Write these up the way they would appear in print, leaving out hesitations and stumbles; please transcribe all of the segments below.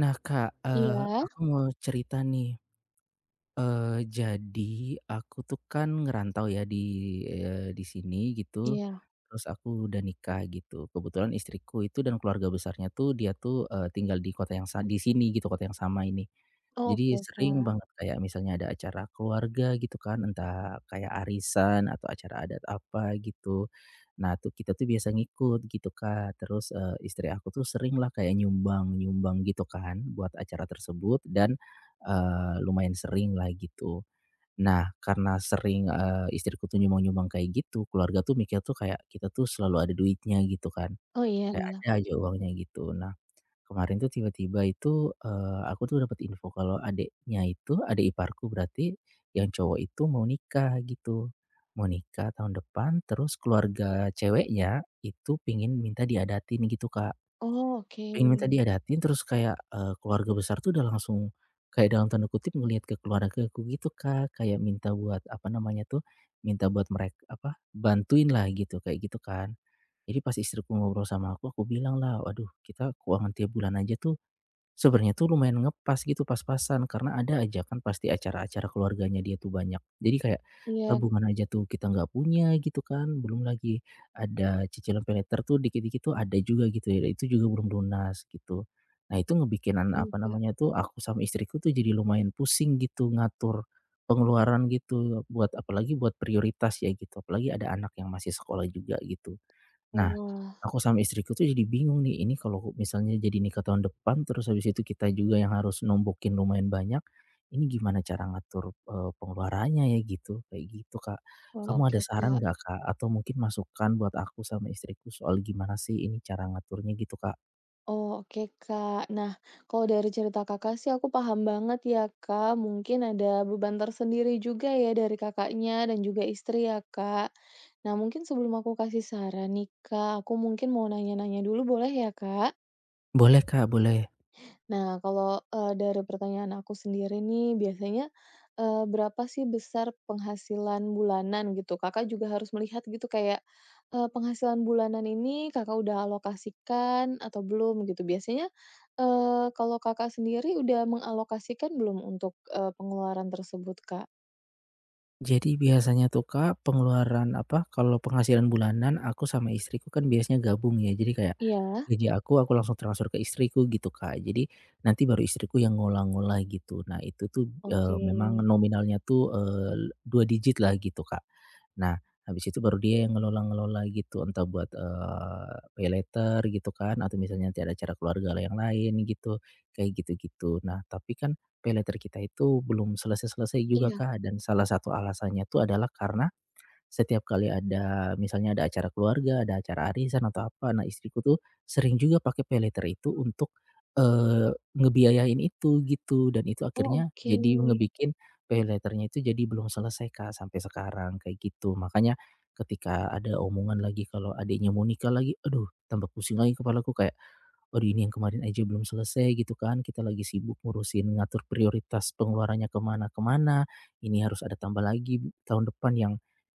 Nah Kak, Iya aku mau cerita nih. Jadi aku tuh kan ngerantau ya di sini gitu, iya. terus aku udah nikah gitu. Kebetulan istriku itu dan keluarga besarnya tuh dia tuh, tinggal di kota yang di sini gitu, kota yang sama ini. Oh, Jadi oke, sering Kak. banget kayak misalnya ada acara keluarga gitu kan, entah kayak arisan atau acara adat apa gitu. Nah tuh kita tuh biasa ngikut gitu, Kak. Terus, istri aku tuh sering lah kayak nyumbang-nyumbang gitu kan buat acara tersebut dan lumayan sering lah gitu. Nah, karena sering, istriku tuh nyumbang-nyumbang kayak gitu, keluarga tuh mikir tuh kayak kita tuh selalu ada duitnya gitu kan, Oh, iya. kayak ada aja uangnya gitu. Nah, kemarin tuh tiba-tiba itu, aku tuh dapat info kalau adiknya itu, adik iparku berarti, yang cowok itu mau nikah gitu. Mau nikah tahun depan, terus keluarga ceweknya itu pingin minta diadatin gitu, Kak. Oh, oke. Pengen minta diadatinin terus kayak, keluarga besar tuh udah langsung kayak dalam tanda kutip ngelihat ke keluargaku gitu, Kak. Kayak minta buat apa namanya tuh, minta buat merek apa, bantuinlah gitu, kayak gitu kan. Jadi pas istriku ngobrol sama aku bilanglah, "Waduh, kita keuangan tiap bulan aja tuh sebenarnya tuh lumayan ngepas gitu, pas-pasan, karena ada aja kan pasti acara-acara keluarganya dia tuh banyak. Jadi kayak Iya, tabungan aja tuh kita nggak punya gitu kan, belum lagi ada cicilan pay later tuh dikit-dikit tuh ada juga gitu ya, itu juga belum lunas gitu. Nah itu ngebikin anak mhm, apa Kak. namanya tuh, aku sama istriku tuh jadi lumayan pusing gitu ngatur pengeluaran gitu, buat apalagi buat prioritas ya gitu, apalagi ada anak yang masih sekolah juga gitu. Nah, Wah aku sama istriku tuh jadi bingung nih, ini kalau misalnya jadi nikah tahun depan, terus habis itu kita juga yang harus nombokin lumayan banyak, ini gimana cara ngatur, pengeluarannya ya gitu, kayak gitu, Kak. wah, Kamu oke, ada saran Kak. nggak, Kak? Atau mungkin masukan buat aku sama istriku soal gimana sih ini cara ngaturnya gitu, Kak? Oh, oke, Kak. Nah, kalau dari cerita Kakak sih aku paham banget ya, Kak, mungkin ada beban tersendiri juga ya dari Kakaknya dan juga istri ya, Kak. Nah, mungkin sebelum aku kasih saran nih, Kak, aku mungkin mau nanya-nanya dulu boleh ya, Kak? Boleh, Kak, boleh. Nah, kalau, dari pertanyaan aku sendiri nih, biasanya, berapa sih besar penghasilan bulanan gitu? Kakak juga harus melihat gitu kayak, penghasilan bulanan ini Kakak udah alokasikan atau belum gitu. Biasanya, kalau Kakak sendiri udah mengalokasikan belum untuk, pengeluaran tersebut, Kak? Jadi biasanya tuh Kak, pengeluaran apa, kalau penghasilan bulanan aku sama istriku kan biasanya gabung ya. Jadi kayak Iya? gaji aku langsung transfer ke istriku gitu Kak. Jadi nanti baru istriku yang ngolah-ngolah gitu. Nah itu tuh, Oke. memang nominalnya tuh, 2 digit lah gitu Kak. Nah habis itu baru dia yang ngelola-ngelola gitu, entah buat, pay later gitu kan, atau misalnya nanti ada acara keluarga yang lain gitu, kayak gitu-gitu. Nah tapi kan paylater kita itu belum selesai-selesai juga, Iya. Kak, dan salah satu alasannya tuh adalah karena setiap kali ada misalnya ada acara keluarga, ada acara arisan atau apa, nah istriku tuh sering juga pakai paylater itu untuk, eee, ngebiayain itu gitu, dan itu Oh, akhirnya oke. jadi ngebikin paylater itu jadi belum selesai, Kak, sampai sekarang kayak gitu. Makanya ketika ada omongan lagi kalau adiknya mau nikah lagi, aduh tambah pusing lagi kepalaku kayak waduh ini yang kemarin aja belum selesai gitu kan, kita lagi sibuk ngurusin ngatur prioritas pengeluarannya kemana kemana ini harus ada tambah lagi tahun depan yang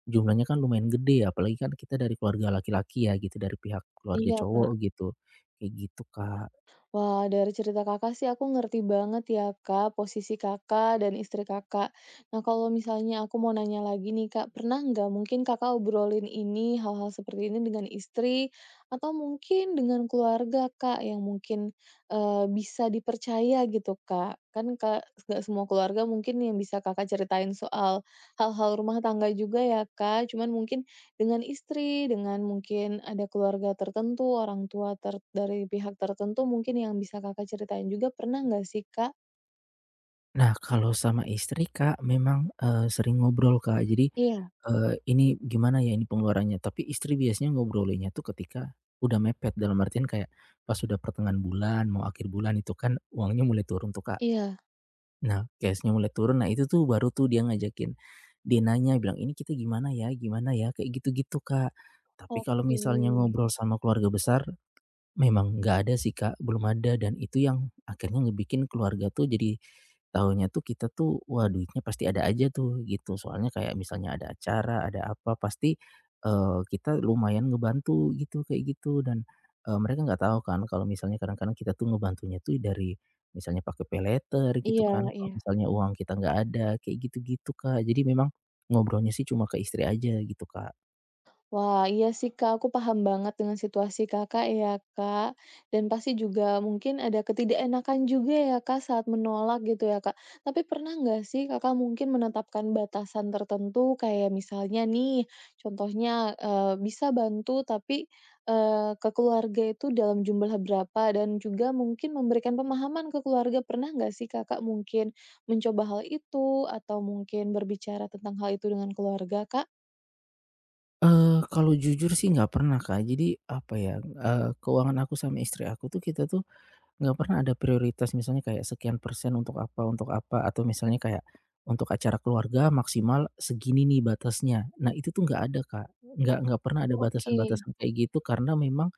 jumlahnya kan lumayan gede ya, apalagi kan kita dari keluarga laki-laki ya gitu, dari pihak keluarga Iya, cowok Kak. gitu, kayak gitu, Kak. Wah, dari cerita Kakak sih aku ngerti banget ya, Kak, posisi Kakak dan istri Kakak. Nah, kalau misalnya aku mau nanya lagi nih, Kak, pernah nggak mungkin Kakak obrolin ini, hal-hal seperti ini dengan istri atau mungkin dengan keluarga, Kak, yang mungkin, bisa dipercaya gitu, Kak? Kan Kak, nggak semua keluarga mungkin yang bisa Kakak ceritain soal hal-hal rumah tangga juga ya, Kak, cuman mungkin dengan istri, dengan mungkin ada keluarga tertentu, orang tua ter dari pihak tertentu mungkin yang bisa Kakak ceritain juga, pernah nggak sih, Kak? Nah kalau sama istri, Kak, memang, sering ngobrol, Kak, jadi, Iya ini gimana ya ini pengeluarannya, tapi istri biasanya ngobrolinnya tuh ketika udah mepet, dalam artian kayak pas sudah pertengahan bulan, mau akhir bulan itu kan uangnya mulai turun tuh, Kak. iya. Nah, gas mulai turun, nah itu tuh baru tuh dia ngajakin, dia nanya bilang, "Ini kita gimana ya gimana ya?" Kayak gitu-gitu, Kak. Tapi kalau Oke. misalnya ngobrol sama keluarga besar, memang nggak ada sih, Kak, belum ada dan itu yang akhirnya ngebikin keluarga tuh jadi tahunya tuh kita tuh, wah duitnya pasti ada aja tuh gitu. Soalnya kayak misalnya ada acara, ada apa pasti, kita lumayan ngebantu gitu, kayak gitu dan, mereka nggak tahu kan kalau misalnya kadang-kadang kita tuh ngebantunya tuh dari misalnya pakai paylater gitu Iya kan, kalau iya. misalnya uang kita nggak ada, kayak gitu-gitu, Kak. Jadi memang ngobrolnya sih cuma ke istri aja gitu, Kak. Wah, iya sih, Kak, aku paham banget dengan situasi Kakak ya, Kak, dan pasti juga mungkin ada ketidakenakan juga ya, Kak, saat menolak gitu ya, Kak. Tapi pernah nggak sih Kakak mungkin menetapkan batasan tertentu kayak misalnya nih, contohnya, bisa bantu tapi, ke keluarga itu dalam jumlah berapa dan juga mungkin memberikan pemahaman ke keluarga. Pernah nggak sih Kakak mungkin mencoba hal itu atau mungkin berbicara tentang hal itu dengan keluarga, Kak? Kalau jujur sih nggak pernah, Kak. Jadi apa ya, keuangan aku sama istri aku tuh kita tuh nggak pernah ada prioritas misalnya kayak sekian persen untuk apa, atau misalnya kayak untuk acara keluarga maksimal segini nih batasnya. Nah itu tuh nggak ada, Kak. Nggak pernah ada Oh, oke. batasan-batasan kayak gitu karena memang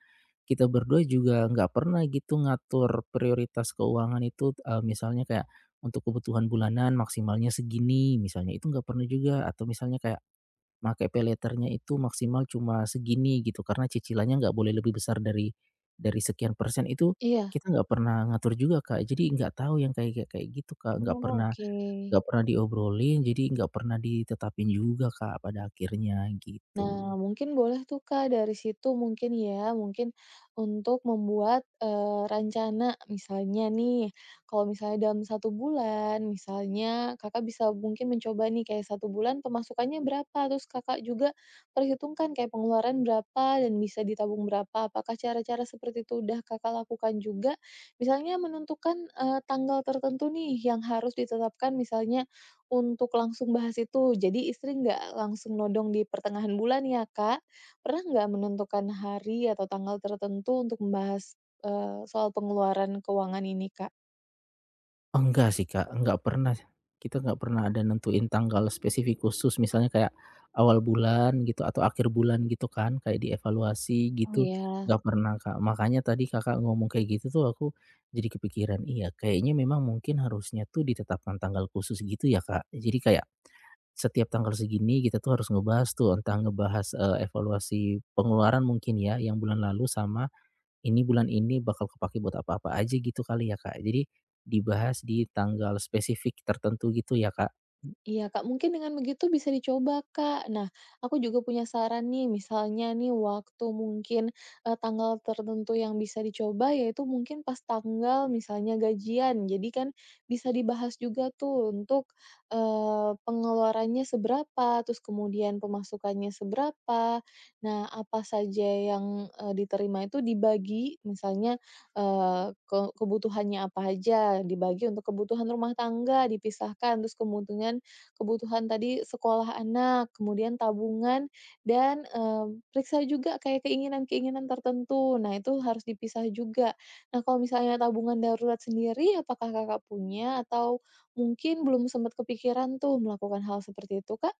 kita berdua juga nggak pernah gitu ngatur prioritas keuangan itu, misalnya kayak untuk kebutuhan bulanan maksimalnya segini misalnya, itu nggak pernah juga atau misalnya kayak make paylater itu maksimal cuma segini gitu, karena cicilannya nggak boleh lebih besar dari sekian persen itu, Iya. kita nggak pernah ngatur juga, Kak. Jadi nggak tahu yang kayak kayak kayak gitu, Kak, Oh, oke. nggak pernah diobrolin, jadi nggak pernah ditetapin juga, Kak, pada akhirnya, gitu. Nah, mungkin boleh tuh, Kak, dari situ mungkin ya, mungkin untuk membuat, rencana misalnya nih, kalau misalnya dalam satu bulan, misalnya Kakak bisa mungkin mencoba nih kayak satu bulan pemasukannya berapa, terus Kakak juga perhitungkan kayak pengeluaran berapa dan bisa ditabung berapa. Apakah cara-cara seperti itu udah Kakak lakukan juga? Misalnya menentukan, tanggal tertentu nih yang harus ditetapkan misalnya untuk langsung bahas itu, jadi istri nggak langsung nodong di pertengahan bulan ya, Kak. Pernah nggak menentukan hari atau tanggal tertentu untuk membahas, soal pengeluaran keuangan ini, Kak? Oh enggak sih, Kak, enggak pernah. Kita enggak pernah ada nentuin tanggal spesifik khusus, misalnya kayak awal bulan gitu atau akhir bulan gitu kan, kayak dievaluasi Oh, gitu, iya. nggak pernah, Kak. Makanya tadi Kakak ngomong kayak gitu tuh aku jadi kepikiran, iya kayaknya memang mungkin harusnya tuh ditetapkan tanggal khusus gitu ya, Kak. Jadi kayak setiap tanggal segini kita tuh harus ngebahas tuh, entah ngebahas, evaluasi pengeluaran mungkin ya yang bulan lalu sama ini bulan ini bakal kepakai buat apa-apa aja gitu kali ya, Kak? Jadi dibahas di tanggal spesifik tertentu gitu ya, Kak? Iya, Kak, mungkin dengan begitu bisa dicoba, Kak. Nah, aku juga punya saran nih, misalnya nih waktu mungkin, tanggal tertentu yang bisa dicoba yaitu mungkin pas tanggal misalnya gajian. Jadi kan bisa dibahas juga tuh untuk, pengeluarannya seberapa, terus kemudian pemasukannya seberapa. Nah, apa saja yang, diterima itu dibagi, misalnya, ke kebutuhannya apa aja, dibagi untuk kebutuhan rumah tangga dipisahkan, terus kemudian kebutuhan tadi sekolah anak, kemudian tabungan, dan, mmm, periksa juga kayak keinginan-keinginan tertentu. Nah, itu harus dipisah juga. Nah, kalau misalnya tabungan darurat sendiri, apakah Kakak punya atau mungkin belum sempat kepikiran tuh melakukan hal seperti itu, Kak?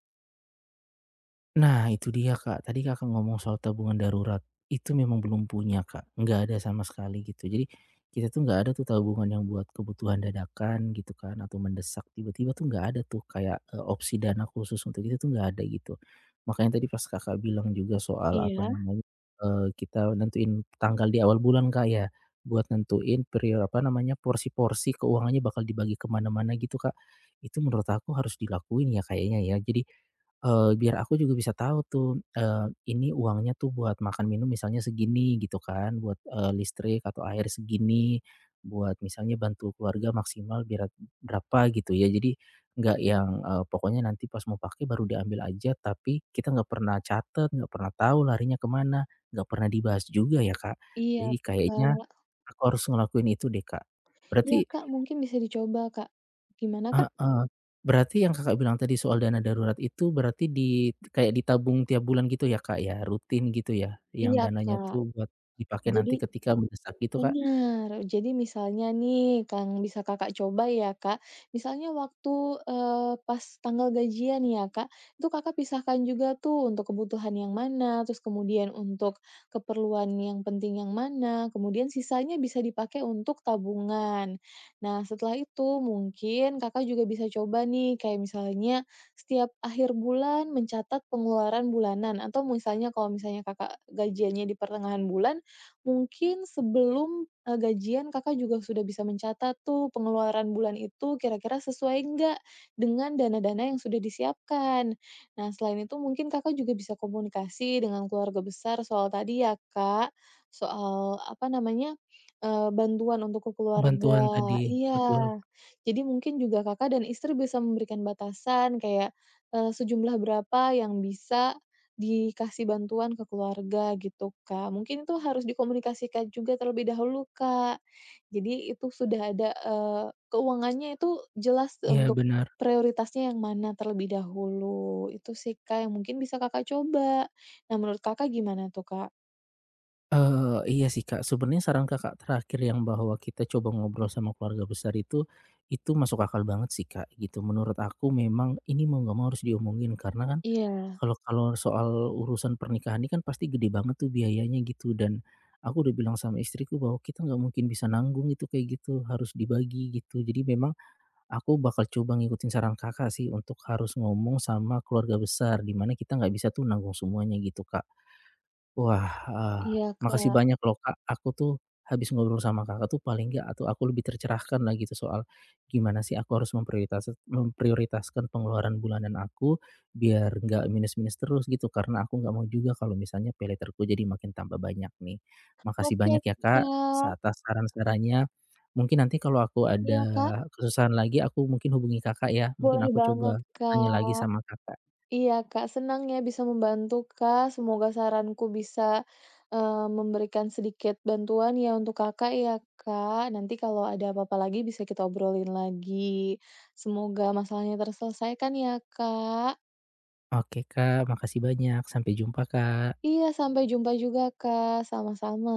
Nah, itu dia, Kak. Tadi Kakak ngomong soal tabungan darurat, itu memang belum punya, Kak. Nggak ada sama sekali gitu. Jadi kita tuh nggak ada tuh tabungan yang buat kebutuhan dadakan gitu kan atau mendesak tiba-tiba tuh nggak ada tuh kayak, opsi dana khusus untuk itu tuh nggak ada gitu. Makanya tadi pas Kakak bilang juga soal apa Iya. namanya, kita nentuin tanggal di awal bulan, Kak, ya, buat nentuin periode apa namanya, porsi-porsi keuangannya bakal dibagi kemana mana gitu, Kak. Itu menurut aku harus dilakuin ya kayaknya ya. Jadi biar aku juga bisa tahu tuh, ini uangnya tuh buat makan minum misalnya segini gitu kan, buat, listrik atau air segini, buat misalnya bantu keluarga maksimal biar berapa gitu ya. Jadi nggak yang, pokoknya nanti pas mau pakai baru diambil aja, tapi kita nggak pernah catat, nggak pernah tahu larinya kemana nggak pernah dibahas juga ya, Kak. Iya, Jadi kayaknya Kak. aku harus ngelakuin itu deh, Kak. Iya, Berarti Kak, mungkin bisa dicoba, Kak. Gimana, Kak? heeh. Berarti yang Kakak bilang tadi soal dana darurat itu berarti di kayak ditabung tiap bulan gitu ya, Kak, ya? Rutin gitu ya? Yang Iya, dananya Kak. tuh buat dipakai Jadi nanti ketika mendesak gitu, Kak? benar. Jadi misalnya nih Kang, bisa Kakak coba ya Kak, misalnya waktu, pas tanggal gajian ya Kak, itu Kakak pisahkan juga tuh untuk kebutuhan yang mana, terus kemudian untuk keperluan yang penting yang mana, kemudian sisanya bisa dipakai untuk tabungan. Nah setelah itu mungkin Kakak juga bisa coba nih kayak misalnya setiap akhir bulan mencatat pengeluaran bulanan atau misalnya kalau misalnya Kakak gajiannya di pertengahan bulan, mungkin sebelum, gajian Kakak juga sudah bisa mencatat tuh pengeluaran bulan itu kira-kira sesuai nggak dengan dana-dana yang sudah disiapkan. Nah, selain itu mungkin Kakak juga bisa komunikasi dengan keluarga besar soal tadi ya, Kak, soal apa namanya, bantuan untuk ke keluarga Bantuan tadi, betul. iya. Jadi mungkin juga Kakak dan istri bisa memberikan batasan kayak, sejumlah berapa yang bisa dikasih bantuan ke keluarga gitu, Kak. Mungkin itu harus dikomunikasikan juga terlebih dahulu, Kak. Jadi itu sudah ada, keuangannya itu jelas Iya, untuk benar. prioritasnya yang mana terlebih dahulu. Itu sih, Kak, yang mungkin bisa Kakak coba. Nah, menurut Kakak gimana tuh, Kak? Iya sih, Kak, sebenarnya saran Kakak terakhir yang bahwa kita coba ngobrol sama keluarga besar itu masuk akal banget sih, Kak, gitu. Menurut aku memang ini mau nggak mau harus diomongin karena kan Iya kalau kalau soal urusan pernikahan ini kan pasti gede banget tuh biayanya gitu dan aku udah bilang sama istriku bahwa kita nggak mungkin bisa nanggung itu kayak gitu, harus dibagi gitu. Jadi memang aku bakal coba ngikutin saran Kakak sih untuk harus ngomong sama keluarga besar, di mana kita nggak bisa tuh nanggung semuanya gitu, Kak. Wah, iya, makasih Kak. banyak loh, Kak. Aku tuh habis ngobrol sama Kakak tuh paling nggak atau aku lebih tercerahkan lah gitu soal gimana sih aku harus memprioritaskan pengeluaran bulanan aku biar nggak minus-minus terus gitu, karena aku nggak mau juga kalau misalnya pay later-ku jadi makin tambah banyak nih. Makasih Oke, banyak ya, Kak, Kak. atas saran-sarannya. Mungkin nanti kalau aku ada Iya, Kak. kesusahan lagi aku mungkin hubungi Kakak ya, mungkin Boleh aku banget, coba nanya lagi Kak. sama Kakak. Iya Kak, senang ya bisa membantu Kak. Semoga saranku bisa, memberikan sedikit bantuan ya untuk Kakak ya Kak. Nanti kalau ada apa-apa lagi bisa kita obrolin lagi. Semoga masalahnya terselesaikan ya Kak. Oke, Kak, makasih banyak. Sampai jumpa, Kak. Iya, sampai jumpa juga Kak, sama-sama.